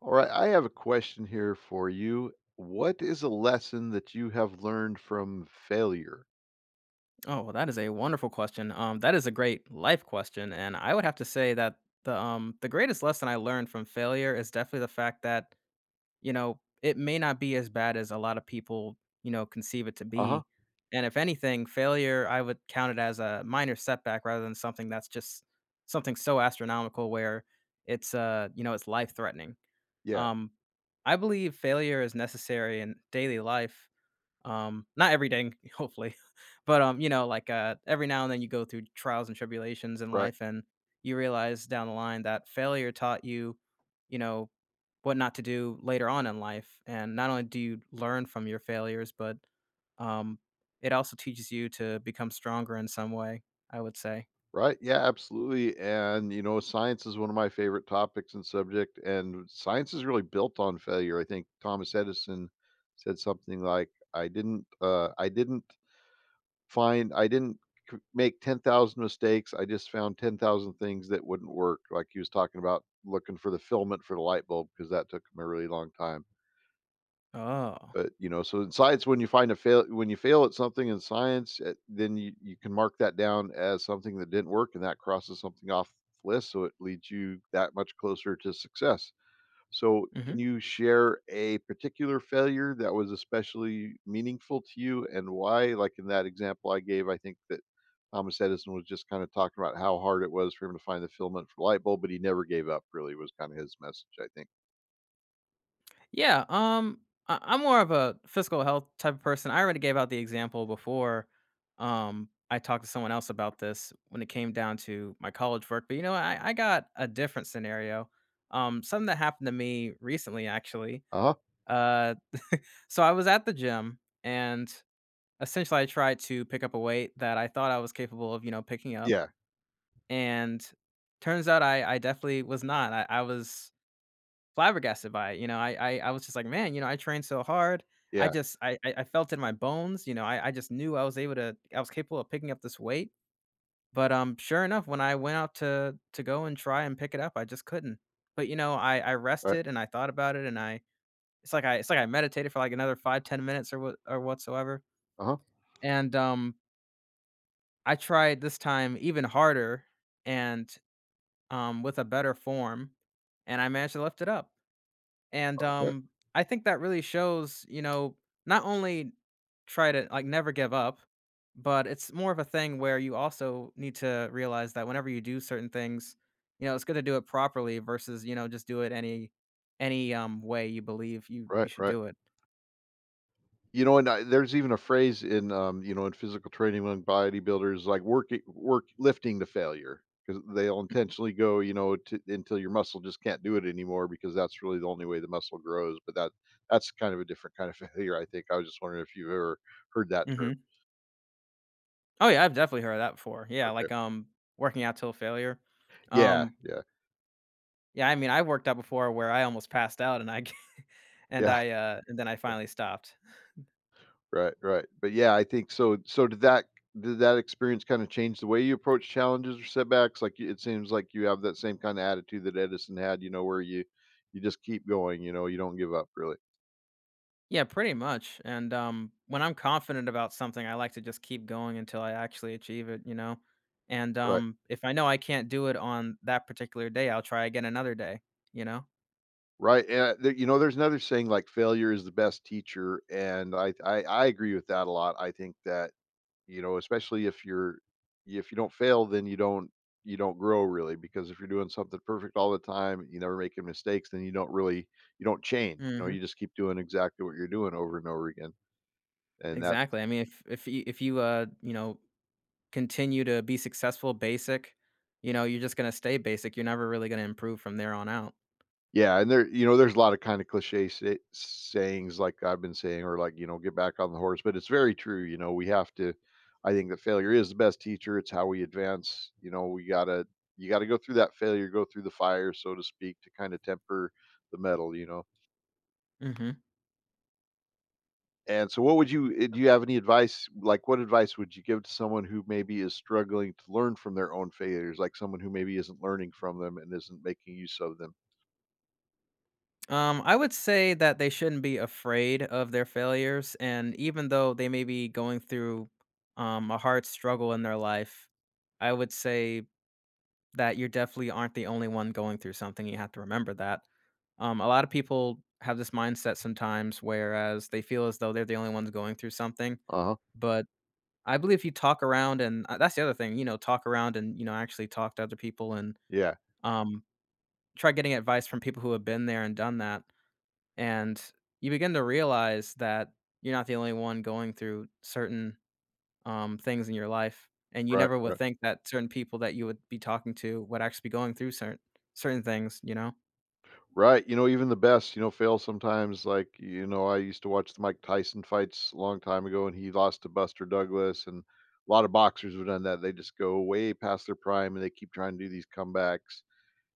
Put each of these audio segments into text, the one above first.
All right, I have a question here for you. What is a lesson that you have learned from failure? Oh, well, that is a wonderful question. That is a great life question, and I would have to say that the greatest lesson I learned from failure is definitely the fact that you know it may not be as bad as a lot of people conceive it to Uh huh. be, and if anything, failure I would count it as a minor setback rather than something that's just something so astronomical where it's you know it's life threatening. Yeah, Um, I believe failure is necessary in daily life not every day, hopefully, but, you know, like, every now and then you go through trials and tribulations in right, life, and you realize down the line that failure taught you, you know, what not to do later on in life. And not only do you learn from your failures, but, um, it also teaches you to become stronger in some way, I would say. right. Yeah, absolutely. And, you know, science is one of my favorite topics and subject, and science is really built on failure. I think Thomas Edison said something like, I didn't, I didn't I didn't make 10,000 mistakes. I just found 10,000 things that wouldn't work. Like he was talking about looking for the filament for the light bulb because that took him a really long time. Oh. But, you know, so in science, when you when you fail at something in science, then you can mark that down as something that didn't work, and that crosses something off the list. So it leads you that much closer to success. So, can Mhm. you share a particular failure that was especially meaningful to you and why? Like in that example I gave, I think that Thomas Edison was just kind of talking about how hard it was for him to find the filament for light bulb, but he never gave up, really, was kind of his message, I think. Yeah, I'm more of a physical health type of person. I already gave out the example before. I talked to someone else about this when it came down to my college work, but you know, I got a different scenario. Something that happened to me recently, actually. Uh huh. Uh, so I was at the gym and essentially I tried to pick up a weight that I thought I was capable of, you know, picking up. Yeah. And turns out I definitely was not. I was flabbergasted by it, you know, I was just like, "Man, you know, I trained so hard." I Yeah. just I felt in my bones, you know, I just knew I was able to I was capable of picking up this weight, but, sure enough, when I went out to go and try and pick it up, I just couldn't. But, you know, I Right. rested and I thought about it, and I it's like I it's like I meditated for, like, another 5-10 minutes or whatsoever, Uh huh. and, I tried this time even harder and, with a better form, and I managed to lift it up. And, Right. I think that really shows, you know, not only try to, like, never give up, but it's more of a thing where you also need to realize that whenever you do certain things, you know, it's good to do it properly versus, you know, just do it any way you believe you Right. you should Right. do it. You know, and I, there's even a phrase in, you know, in physical training among bodybuilders like work lifting to failure, because they'll intentionally go, you know, to, until your muscle just can't do it anymore, because that's really the only way the muscle grows. But that's kind of a different kind of failure, I think. I was just wondering if you've ever heard that term. Mhm. Oh, yeah, I've definitely heard of that before. Yeah, Okay. like, working out till failure. Yeah. Um Yeah. Yeah, I mean, I worked out before where I almost passed out and I g and Yeah. I, and then I finally stopped. Right, right. But yeah, I think so, so did that experience kinda change the way you approach challenges or setbacks? Like, you- it seems like you have that same kinda attitude that Edison had, you know, where you just keep going, you know, you don't give up really. Yeah, pretty much, and, when I'm confident about something, I like to just keep going until I actually achieve it, you know? And, Right. If I know I can't do it on that particular day, I'll try again another day, you know? Right, and there you know, there's another saying like failure is the best teacher, and I agree with that a lot. I think that you know, especially if you're if you don't fail, then you don't grow really, because if you're doing something perfect all the time, you never making mistakes, then you don't really you don't change. You know, Mhm. you just keep doing exactly what you're doing over and over again. And that Exactly, I mean, if you, you know, continue to be successful basic, you know, you're just gonna stay basic, you're never really gonna improve from there on out. yeah, and there you know, there's a lot of kind of cliche sayings like I've been saying, or like, you know, get back on the horse, but it's very true, you know, we have to I think that failure is the best teacher. It's how we advance. You know, we got to you got to go through that failure, go through the fire, so to speak, to kind of temper the metal, you know. Mhm. And so what would you do you have any advice like, what advice would you give to someone who maybe is struggling to learn from their own failures, like someone who maybe isn't learning from them and isn't making use of them? I would say that they shouldn't be afraid of their failures, and even though they may be going through, a hard struggle in their life, I would say that you definitely aren't the only one going through something, you have to remember that. A lot of people have this mindset sometimes whereas they feel as though they're the only ones going through something, Uh-huh. but I believe if you talk around and that's the other thing, you know, talk around and, you know, actually talk to other people and Yeah. um, try getting advice from people who have been there and done that. And you begin to realize that you're not the only one going through certain things in your life. And you Right, never would right. think that certain people that you would be talking to would actually be going through certain things, you know? Right, you know, even the best, you know, fail sometimes. Like, you know, I used to watch the Mike Tyson fights a long time ago, and he lost to Buster Douglas, and a lot of boxers have done that. They just go way past their prime, and they keep trying to do these comebacks.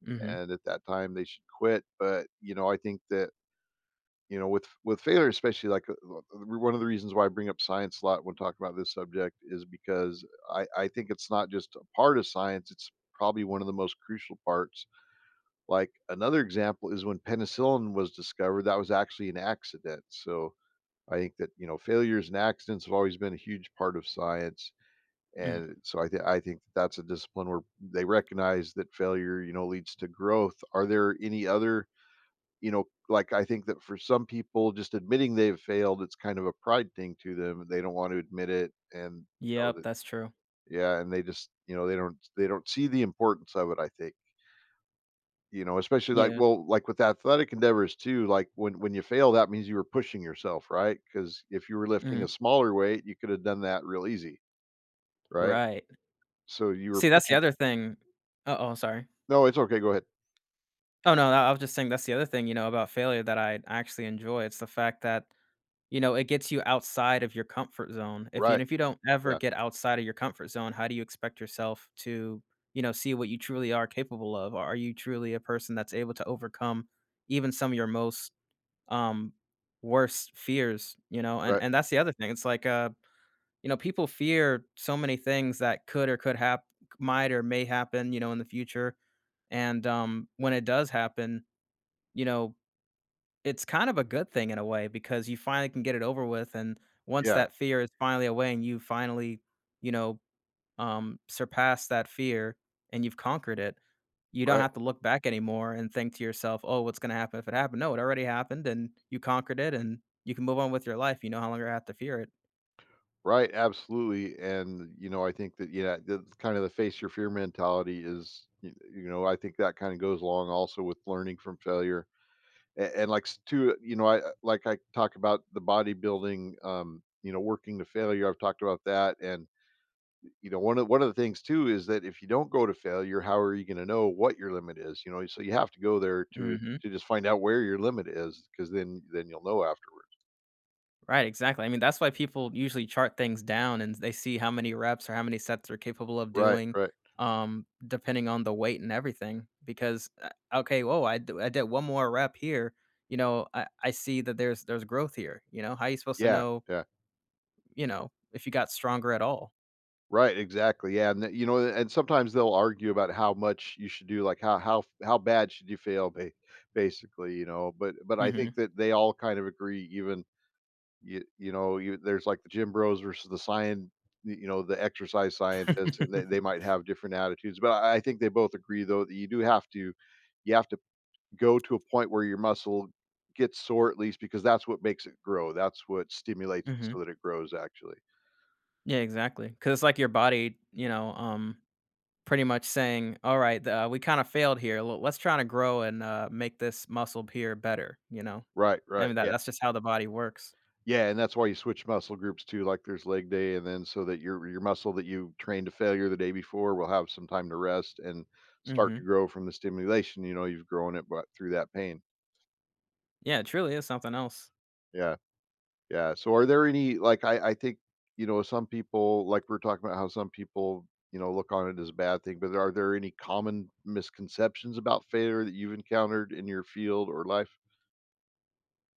Mhm, And at that time, they should quit. But, you know, I think that you know with failure, especially like one of the reasons why I bring up science a lot when talking about this subject is because I think it's not just a part of science, it's probably one of the most crucial parts. Like another example is when penicillin was discovered, that was actually an accident. So I think that, you know, failures and accidents have always been a huge part of science, mm. and so I think that's a discipline where they recognize that failure, you know, leads to growth. Are there any other, you know, like, I think that for some people, just admitting they've failed, it's kind of a pride thing to them. They don't want to admit it, and you know Yep, that, that's true. yeah, and they just, you know, they don't see the importance of it. I think, you know, especially like, Yeah, well, like with athletic endeavors too. Like when you fail, that means you were pushing yourself, right? Because if you were lifting a mhm, smaller weight, you could have done that real easy, right? right. So you were See, that's the pushing. other thing uh-oh, sorry. No, it's okay. Go ahead. Oh, no, I was just saying that's the other thing, you know, about failure that I actually enjoy. It's the fact that, you know, it gets you outside of your comfort zone. Right. If you don't ever Yeah. get outside of your comfort zone, how do you expect yourself to, you know, see what you truly are capable of? Are you truly a person that's able to overcome even some of your most, um, worst fears, you know? Right. And that's the other thing. You know, people fear so many things that could or could hap might or may happen, you know, in the future. And when it does happen, you know, it's kind of a good thing in a way because you finally can get it over with. And once Yeah. that fear is finally away and you finally, you know, surpass that fear and you've conquered it, you don't Right. have to look back anymore and think to yourself, oh, what's going to happen if it happened? No, it already happened and you conquered it and you can move on with your life. You no longer have to fear it. Right, absolutely, and, you know, I think that, yeah, that's kind of the face your fear mentality is, y you know, I think that kinda goes along also with learning from failure, a and, like, s too, you know, I like, I talk about the bodybuilding, you know, working to failure, I've talked about that, and, you know, one of the things too is that if you don't go to failure, how are you gonna know what your limit is, you know? So you have to go there Hmm to just find out where your limit is, because then you'll know afterwards. Right, exactly. I mean, that's why people usually chart things down and they see how many reps or how many sets they're capable of Right, doing, right. Depending on the weight and everything. Because okay, whoa, I did one more rep here. You know, I see that there's growth here. You know, how are you supposed to Yeah, know? yeah. You know, if you got stronger at all. Right, exactly, yeah, and, you know, and sometimes they'll argue about how much you should do, like, how bad should you fail, ba basically, you know, but I Hmm think that they all kind of agree even, you know, you there's, like, the gym bros versus the science, you know, the exercise scientists, and they might have different attitudes, but I think they both agree, though, that you do have to you have to go to a point where your muscle gets sore at least, because that's what makes it grow, that's what stimulates it hmm so that it grows, actually. Yeah, exactly. Because it's like your body. You know, pretty much saying, "All right, we kinda failed here. L Let's try to grow and, make this muscle here better," you know? Right, I right, mean, that yeah. that's just how the body works. Yeah, and that's why you switch muscle groups too, like there's leg day and then so that your muscle that you trained to failure the day before will have some time to rest and start Mhm. to grow from the stimulation, you know, you've grown it but through that pain. Yeah, it truly is something else. Yeah. Yeah. So are there any like I think, you know, some people like we're talking about how some people, you know, look on it as a bad thing, but are there any common misconceptions about failure that you've encountered in your field or life?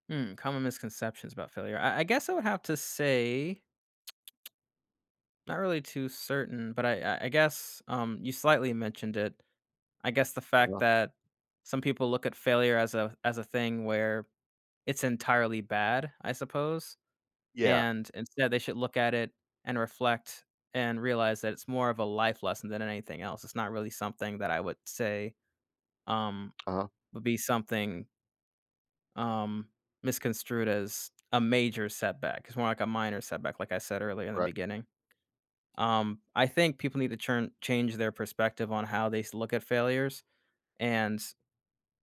Hmm, common misconceptions about failure. I guess I would have to say, not really too certain, but I guess, you slightly mentioned it. I guess the fact Uh-huh. that some people look at failure as a thing where it's entirely bad, I suppose. Yeah. And instead, they should look at it and reflect and realize that it's more of a life lesson than anything else. It's not really something that I would say, um, Uh-huh. would be something, um, misconstrued as a major setback. It's more like a minor setback, like I said earlier in the Right. beginning. I think people need to churn change their perspective on how they look at failures. And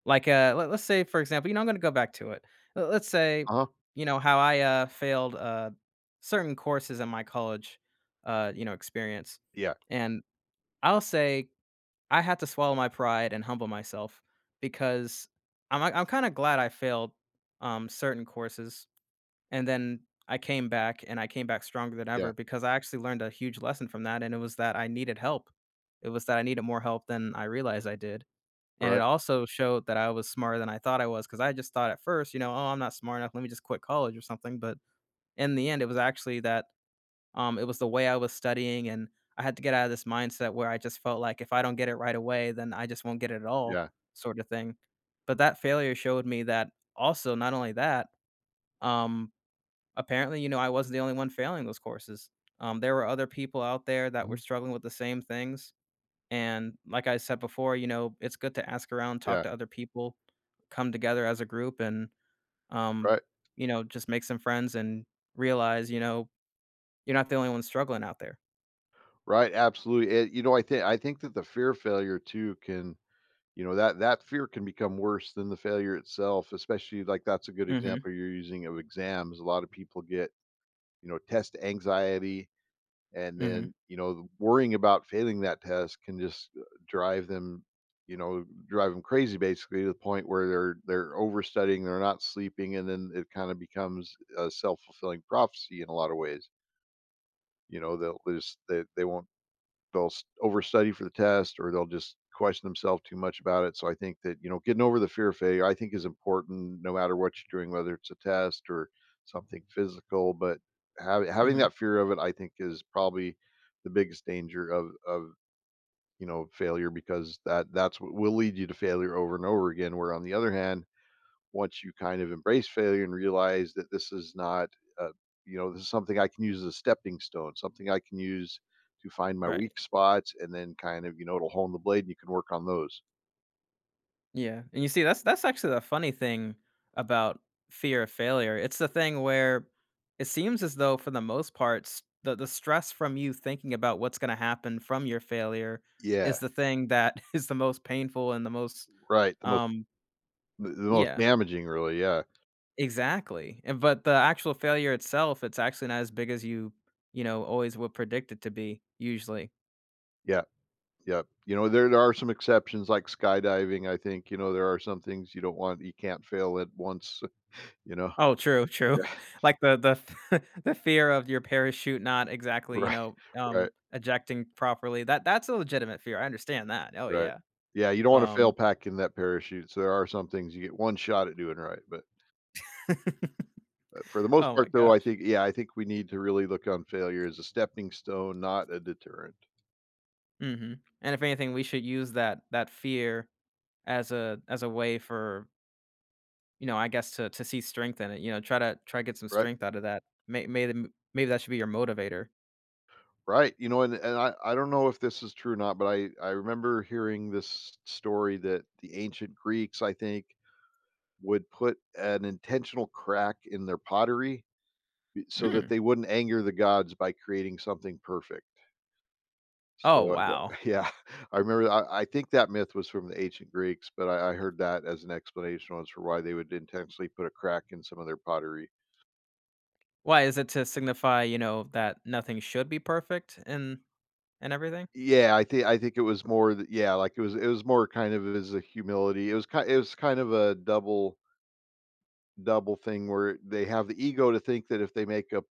like, let's say, for example, you know, I'm going to go back to it. Let's say, Uh-huh. you know, how I failed certain courses in my college, you know, experience. Yeah. And I'll say I had to swallow my pride and humble myself because I'm kind of glad I failed certain courses. And then I came back stronger than Yeah. ever because I actually learned a huge lesson from that. And it was that I needed help. It was that I needed more help than I realized I did and it Right. also showed that I was smarter than I thought I was, because I just thought at first, you know, "Oh, I'm not smart enough. Let me just quit college or something." But in the end, it was actually that, it was the way I was studying, and I had to get out of this mindset where I just felt like if I don't get it right away, then I just won't get it at all Yeah. sort of thing. But that failure showed me that also, not only that, um, apparently, you know, I wasn't the only one failing those courses. There were other people out there that were Mhm. struggling with the same things. And like I said before, you know, it's good to ask around, talk Yeah. to other people, come together as a group and um, Right. you know, just make some friends and realize, you know, you're not the only one struggling out there. Right, absolutely. It, you know, I think that the fear of failure too can, you know, that that fear can become worse than the failure itself. Especially like that's a good Mhm. example you're using of exams. A lot of people get, you know, test anxiety, and Mhm. then you know, worrying about failing that test can just drive them, you know, drive them crazy basically, to the point where they're overstudying, they're not sleeping, and then it kind of becomes a self fulfilling prophecy in a lot of ways. You know, they'll just they won't they'll overstudy for the test, or they'll just question themselves too much about it. So I think that, you know, getting over the fear of failure, I think is important no matter what you're doing, whether it's a test or something physical, but having Mhm. that fear of it, I think is probably the biggest danger of, you know, failure, because that's what will lead you to failure over and over again. Where on the other hand, once you kind of embrace failure and realize that this is not, uh, you know, this is something I can use as a stepping stone, something I can use to find my Right. weak spots, and then kind of, you know, it'll hone the blade, and you can work on those. Yeah. And you see that's actually the funny thing about fear of failure. It's the thing where it seems as though for the most part the stress from you thinking about what's going to happen from your failure Yeah, is the thing that is the most painful and the most right. The most, um the most yeah, damaging, really. Yeah, exactly. And but the actual failure itself, it's actually not as big as you, you know, always would predict it to be usually. yeah, yeah. You know, there are some exceptions like skydiving. I think you know there are some things you don't want. You can't fail at once. You know. Oh, true, true. Yeah. Like the fear of your parachute not exactly, you Right. know, Right. Ejecting properly. That's a legitimate fear. I understand that. Oh Right. yeah. Yeah. You don't want to fail Um packing that parachute. So there are some things you get one shot at doing right, but. For the most oh my part, though, I gosh. think yeah, I think we need to really look on failure as a stepping stone, not a deterrent. Mhm. And if anything, we should use that fear as a way for, you know, I guess to see strength in it, you know, try to get some Right. strength out of that. Maybe that should be your motivator. Right. You know, and, I don't know if this is true or not, but I remember hearing this story that the ancient Greeks, I think, would put an intentional crack in their pottery so that Mm. they wouldn't anger the gods by creating something perfect. Oh, So, wow. that- yeah, I remember. I think that myth was from the ancient Greeks, but I heard that as an explanation once for why they would intentionally put a crack in some of their pottery. Why is it to signify, you know, that nothing should be perfect and everything? Yeah, I think it was more th yeah, like, it was more kind of as a humility. It was kind of a double thing where they have the ego to think that if they make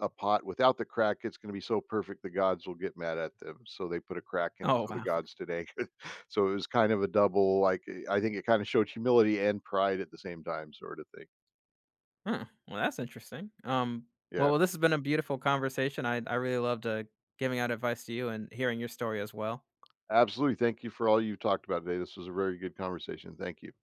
a pot without the crack, it's gonna be so perfect the gods will get mad at them, so they put a crack in it Oh, so the wow. gods today. So it was kind of a double, like, I think it kinda showed humility and pride at the same time sort of thing. Huh. Well, that's interesting. Well, Yeah. well, this has been a beautiful conversation. I really loved giving out advice to you and hearing your story as well. Absolutely, thank you for all you talked about today. This was a very good conversation. Thank you.